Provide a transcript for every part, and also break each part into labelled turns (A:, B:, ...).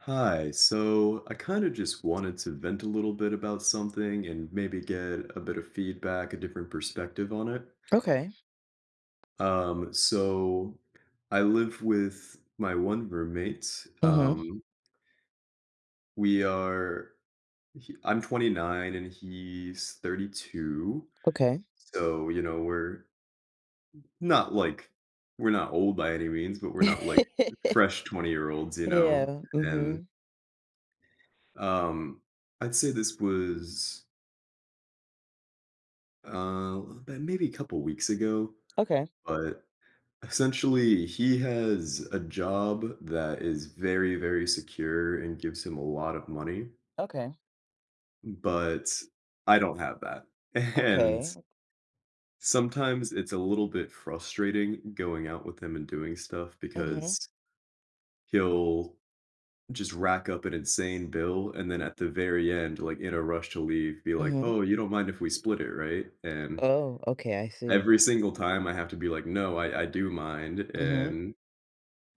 A: Hi, so I kind of just wanted to vent a little bit about something and maybe get a bit of feedback, a different perspective on it.
B: Okay.
A: So I live with my one roommate.
B: Mhm.
A: We are, I'm 29 and he's 32.
B: Okay.
A: So, you know, not like, we're not old by any means, but we're not like fresh 20-year-olds year olds,
B: Yeah.
A: you know? And
B: Mhm.
A: um, I'd say this was that maybe a couple weeks ago,
B: Okay.
A: but essentially he has a job that is very, very secure and gives him a lot of money,
B: Okay.
A: but I don't have that. And
B: Okay.
A: sometimes it's a little bit frustrating going out with him and doing stuff
B: Mhm.
A: because he'll just rack up an insane bill and then, at the very end, like in a rush to leave, be like,
B: Mhm.
A: "Oh, you don't mind if we split it, right?" And
B: Oh, okay, I see.
A: every single time, I have to be like, "No, I do mind,"
B: Mhm.
A: and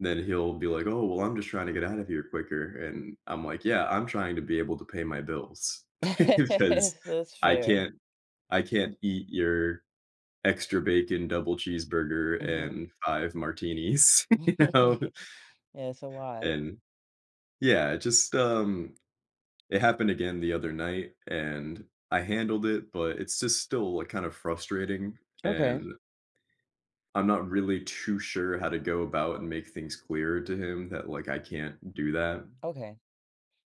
A: then he'll be like, "Oh, well, I'm just trying to get out of here quicker," and I'm like, "Yeah, I'm trying to be able to pay my bills because
B: Yes, that's
A: I
B: fair.
A: can't I can't eat your extra bacon double cheeseburger
B: Mhm.
A: and 5 martinis,"
B: Yeah, it's a lot.
A: and yeah, it happened again the other night, and I handled it, but it's just still, like, kind of frustrating,
B: Okay.
A: and I'm not really too sure how to go about and make things clear to him that, like, I can't do that.
B: Okay.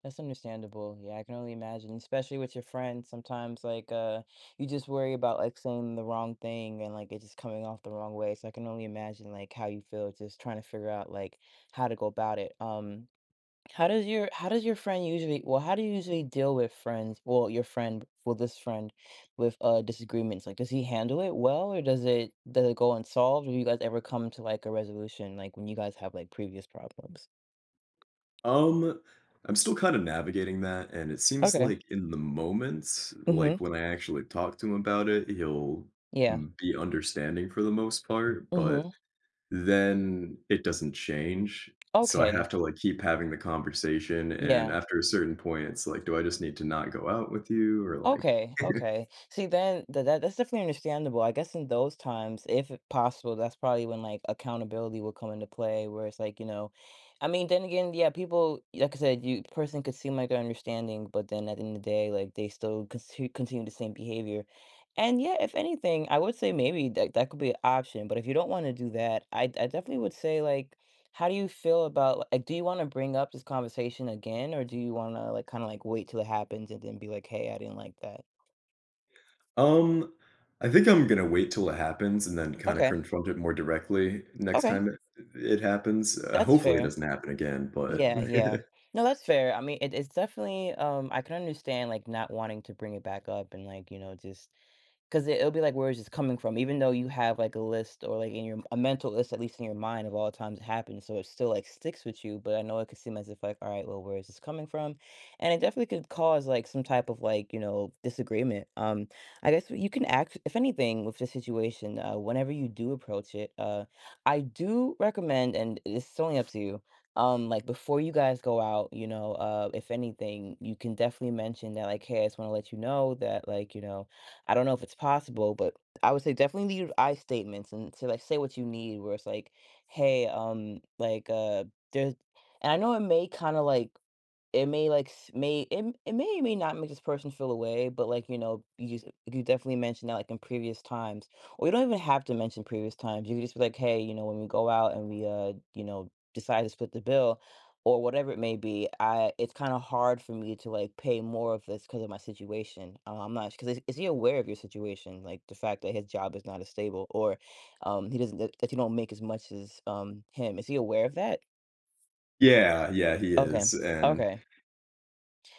B: That's understandable. Yeah, I can only imagine, especially with your friends. Sometimes, like, you just worry about like saying the wrong thing and like it just coming off the wrong way. So I can only imagine like how you feel just trying to figure out like how to go about it. How does your friend usually, well, how do you usually deal with friends, well, your friend, well, this friend with disagreements? Like, does he handle it well, or does it go unsolved? Do you guys ever come to like a resolution, like when you guys have like previous problems?
A: Um, I'm still kinda navigating that, and it seems
B: Okay.
A: like in the moments,
B: Mm-hmm.
A: like, when I actually talk to him about it, he'll
B: Yeah.
A: be understanding for the most part, but
B: Mm-hmm.
A: then it doesn't change, so I have
B: Okay.
A: to, like, keep having the conversation, and
B: Yeah.
A: after a certain point, it's like, "Do I just need to not go out with you?" Or, like.
B: Okay, okay. See, then that's definitely understandable. I guess in those times, if it possible, that's probably when like accountability will come into play, where it's like, you know, I mean, then again, yeah, people, like I said, you person could seem like they're understanding, but then at the end of the day, like they still continue the same behavior. And yeah, if anything, I would say maybe that that could be an option. But if you don't want to do that, I definitely would say like, how do you feel about like, do you wanna bring up this conversation again, or do you wanna, like, kinda, like, wait till it happens and then be like, "Hey, I didn't like that."
A: Um, I think I'm gonna wait till it happens and then kinda
B: Okay,
A: confront it more directly next
B: okay,
A: time it happens.
B: that's
A: Hopefully, it
B: fair.
A: doesn't happen again, but
B: Yeah, yeah. No, that's fair. I mean, it's definitely, I can understand, like, not wanting to bring it back up and, like, you know, just 'cause it will be like, where is this coming from? Even though you have, like, a list, or, like, in your a mental list, at least in your mind, of all the times it happened, so it still, like, sticks with you, but I know it could seem as if, like, "All right, well, where is this coming from?" And it definitely could cause, like, some type of, like, you know, disagreement. I guess you can act, if anything, with this situation, whenever you do approach it, I do recommend, and it's only up to you, like, before you guys go out, you know, if anything, you can definitely mention that, like, "Hey, I just wanna let you know that, like, you know." I don't know if it's possible, but I would say definitely leave I statements, and to like say what you need, where it's like, hey, like there's, and I know it may kind of like, it may, like, s may it m it may or may not make this person feel away, but, like, you know, you just you definitely mentioned that, like, in previous times, or you don't even have to mention previous times, you could just be like, "Hey, you know, when we go out and we, you know, decide to split the bill," or whatever it may be, I it's kinda hard for me to, like, pay more of this because of my situation, I'm not 'cause is he aware of your situation? Like, the fact that his job is not as stable, or, he doesn't that that you don't make as much as, him, is he aware of that?
A: yeah, yeah, he
B: Okay,
A: is, and
B: okay.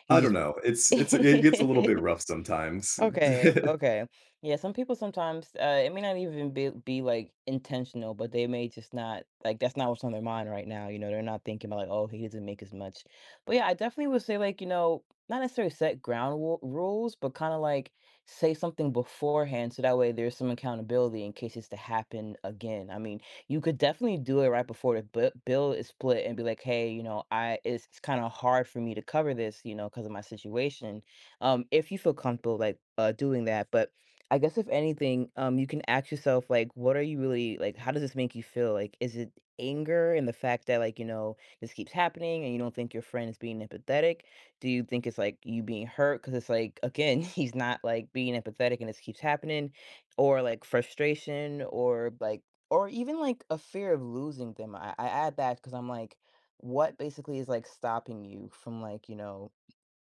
B: He
A: I don't
B: just
A: know, it gets a little bit rough sometimes.
B: Okay, okay. Yeah, some people sometimes it may not even be like intentional, but they may just not like that's not what's on their mind right now. You know, they're not thinking about like, oh, he doesn't make as much. But yeah, I definitely would say like, you know, not necessarily set rules, but kind of like say something beforehand so that way there's some accountability in case it's to happen again. I mean, you could definitely do it right before the bill is split and be like, hey, you know, I it's kind of hard for me to cover this, you know, because of my situation. If you feel comfortable like doing that. But I guess if anything, you can ask yourself like, what are you really like? How does this make you feel? Like, is it anger, and the fact that like you know this keeps happening and you don't think your friend is being empathetic? Do you think it's like you being hurt because it's like again he's not like being empathetic and this keeps happening, or like frustration, or like, or even like a fear of losing them. I add that because I'm like, what basically is like stopping you from like you know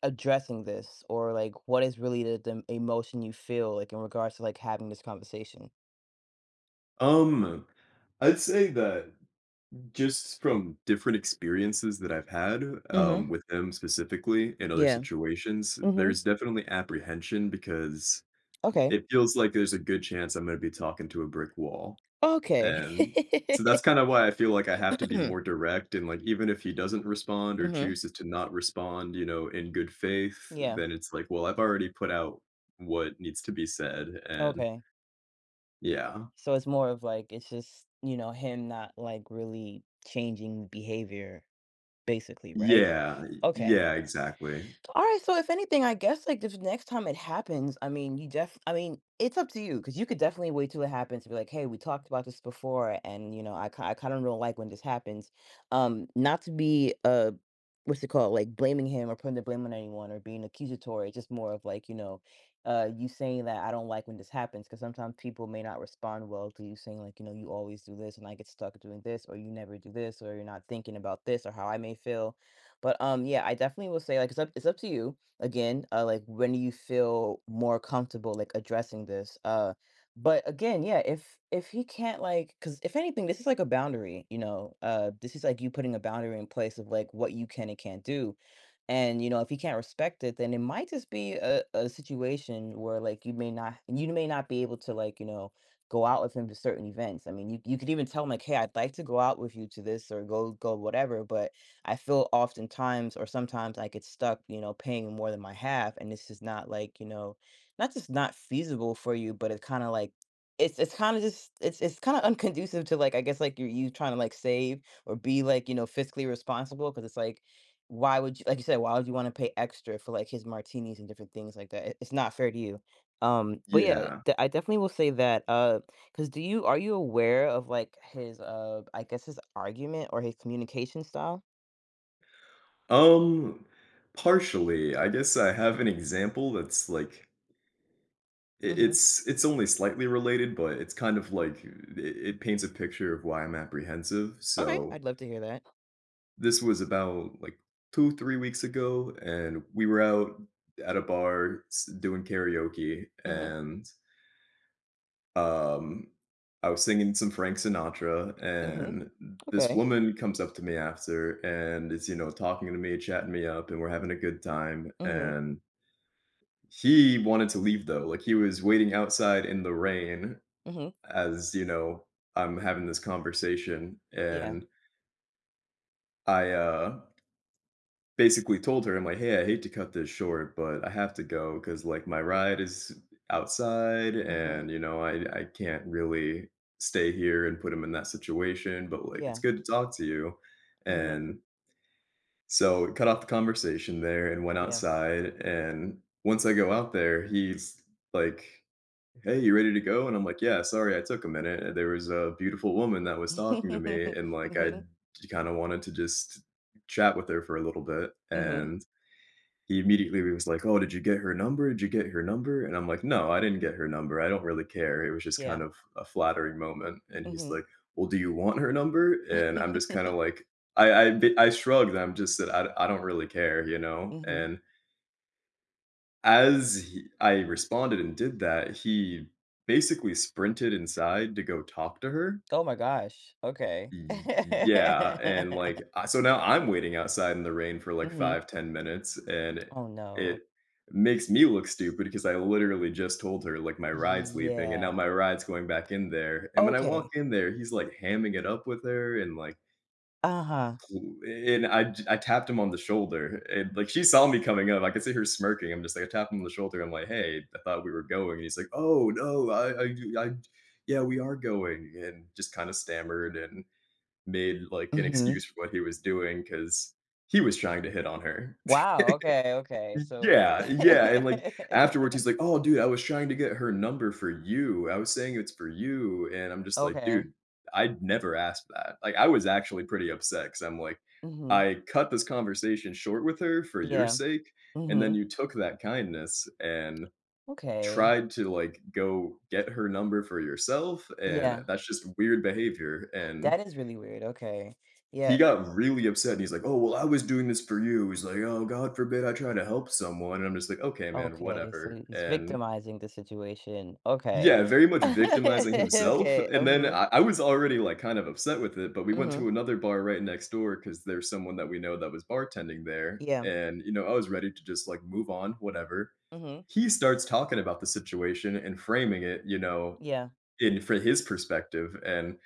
B: addressing this, or like what is really the emotion you feel like in regards to like having this conversation.
A: Um, I'd say that just from different experiences that I've had,
B: Mm-hmm.
A: with them specifically in other
B: Yeah.
A: situations,
B: Mm-hmm.
A: there's definitely apprehension because
B: Okay.
A: it feels like there's a good chance I'm gonna be talking to a brick wall.
B: Okay.
A: And so that's kinda why I feel like I have to be more direct and, like, even if he doesn't respond or
B: Mm-hmm.
A: chooses to not respond, you know, in good faith,
B: Yeah.
A: then it's like, well, I've already put out what needs to be said, and
B: Okay.
A: yeah.
B: So it's more of like, it's just, you know, him not like really changing behavior, basically, right?
A: Yeah,
B: Okay.
A: yeah, exactly.
B: All right, so if anything, I guess like if next time it happens, I mean, you def, I mean, it's up to you because you could definitely wait till it happens to be like, hey, we talked about this before, and you know, I kind of don't like when this happens. Not to be what's it called, like blaming him or putting the blame on anyone or being accusatory. It's just more of like you know, you saying that I don't like when this happens because sometimes people may not respond well to you saying like you know you always do this and I get stuck doing this, or you never do this, or you're not thinking about this or how I may feel. But, yeah, I definitely will say, like, it's up to you, again, like, when do you feel more comfortable, like, addressing this? But again, yeah, if he can't, like, cause if anything, this is like a boundary, you know? This is like you putting a boundary in place of, like, what you can and can't do. And, you know, if you can't respect it, then it might just be a situation where like you may not be able to like, you know, go out with him to certain events. I mean, you could even tell him like, hey, I'd like to go out with you to this or go whatever, but I feel oftentimes or sometimes I get stuck, you know, paying more than my half, and this is not like, you know, not just not feasible for you, but it kind of like, it's kind of just, it's kind of unconducive to like, I guess like you trying to like save, or be like you know fiscally responsible because it's like, why would you, like you said, why would you wanna pay extra for, like, his martinis and different things like that? It's not fair to you. But yeah,
A: Yeah.
B: de I definitely will say that. Because do you are you aware of, like, his, I guess, his argument or his communication style?
A: Um, Partially, I guess I have an example that's, like, I
B: Mhm.
A: it's only slightly related, but it's kind of like it paints a picture of why I'm apprehensive,
B: Okay,
A: so
B: I'd love to hear that.
A: this was about, like, 2, 3 weeks ago, and we were out at a bar s doing karaoke,
B: Mhm.
A: and, um, I was singing some Frank Sinatra,
B: Mhm.
A: and this
B: Okay.
A: woman comes up to me after and is, you know, talking to me, chatting me up, and we're having a good time,
B: Mhm.
A: and he wanted to leave, though, like, he was waiting outside in the rain
B: Mhm.
A: as, you know, I'm having this conversation,
B: Yeah.
A: and I, uh basically told her, I'm like, "Hey, I hate to cut this short, but I have to go because, like, my ride is outside
B: Mhm.
A: and, you know, I can't really stay here and put him in that situation, but, like, it's
B: Yeah.
A: good to talk to you."
B: Mhm.
A: And so, we cut off the conversation there and went
B: Yeah.
A: outside, and once I go out there, he's like, "Hey, you ready to go?" And I'm like, "Yeah, sorry, I took a minute, and there was a beautiful woman that was talking to me, and, like, I
B: Mhm.
A: kinda wanted to just chat with her for a little bit,"
B: Mhm.
A: and he immediately was like, "Oh, did you get her number? Did you get her number?" And I'm like, "No, I didn't get her number. I don't really care." It was just
B: Yeah.
A: kind of a flattering moment, and he's
B: Mhm.
A: like, "Well, do you want her number?" And I'm just kinda
B: Mhm.
A: like, I shrugged, I'm just said, "I don't really care," you know? And as he I responded and did that, he basically sprinted inside to go talk to her.
B: Oh my gosh. Okay.
A: Y yeah, and, like, I, so now I'm waiting outside in the rain for, like,
B: Mhm.
A: 5 to 10 minutes, and it
B: Oh, no.
A: it makes me look stupid because I literally just told her, like, my ride's leaving, and now
B: Yeah.
A: my ride's going back in there, and when I
B: Okay.
A: walk in there, he's, like, hamming it up with her, and, like,
B: Uh-huh.
A: coo and I tapped him on the shoulder, and, like, she saw me coming up, I could see her smirking, I'm just like, I tapped him on the shoulder, I'm like, "Hey, I thought we were going," and he's like, "Oh, no, I yeah, we are going," and just kinda stammered and made, like, an excuse
B: Mhm.
A: for what he was doing because he was trying to hit on her.
B: Wow, okay, okay. So
A: Yeah, yeah, and, like, afterwards, he's like, "Oh, dude, I was trying to get her number for you. I was saying it's for you," and I'm just like,
B: Okay.
A: "Dude, I'd never asked that." Like, I was actually pretty upset because, 'cause I'm like,
B: Mhm.
A: "I cut this conversation short with her for your
B: Yeah.
A: sake, and then
B: Mhm.
A: you took that kindness and
B: Okay.
A: tried to, like, go get her number for yourself, and
B: Yeah.
A: that's just weird behavior." And
B: That is really weird. Okay.
A: he
B: Yeah.
A: got really upset, and he's like, "Oh, well, I was doing this for you." He's like, "Oh, God forbid I try to help someone." And I'm just like, "Okay, man,
B: Okay. So
A: whatever."
B: he's
A: And
B: victimizing the situation. Okay.
A: yeah, very much victimizing himself.
B: Okay.
A: And then
B: Mhm.
A: I was already, like, kind of upset with it, but we went
B: Mhm.
A: to another bar right next door because there's someone that we know that was bartending there.
B: Yeah.
A: And, you know, I was ready to just like move on, whatever.
B: Mhm.
A: He starts talking about the situation and framing it,
B: Yeah.
A: in for his perspective. And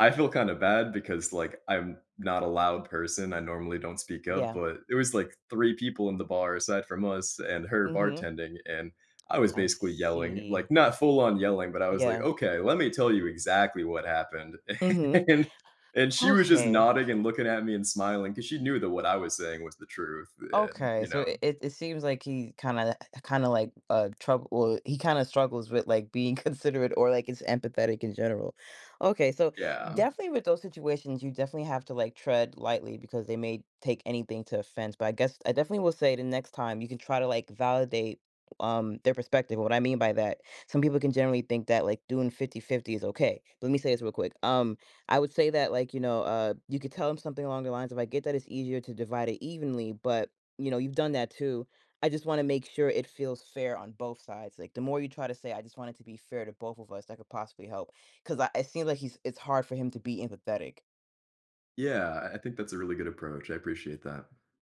A: I feel kinda bad because, like, I'm not a loud person, I normally don't speak up,
B: Yeah.
A: but it was, like, 3 people in the bar aside from us and her
B: Mhm.
A: bartending, and I was
B: I
A: basically yelling,
B: see.
A: like, not full on yelling, but I was like,
B: Yeah.
A: "Okay, let me tell you exactly what happened."
B: Mhm.
A: And and she was just
B: Okay.
A: nodding and looking at me and smiling because she knew that what I was saying was the truth, and, you
B: Okay, so
A: know,
B: it seems like he kinda, kinda like, trouble, well, he kinda struggles with, like, being considerate, or, like, it's empathetic in general. Okay, so
A: yeah.
B: definitely with those situations, you definitely have to, like, tread lightly because they may take anything to offense, but I guess I definitely will say the next time you can try to, like, validate, their perspective. What I mean by that, some people can generally think that, like, doing 50/50 is okay. Let me say this real quick. I would say that, like, you know, you could tell 'em something along the lines of, "I get that it's easier to divide it evenly, but you know, you've done that too. I just wanna make sure it feels fair on both sides," like, the more you try to say, "I just want it to be fair to both of us," that could possibly help, 'cause I it seems like he's, it's hard for him to be empathetic.
A: Yeah, I think that's a really good approach, I appreciate that.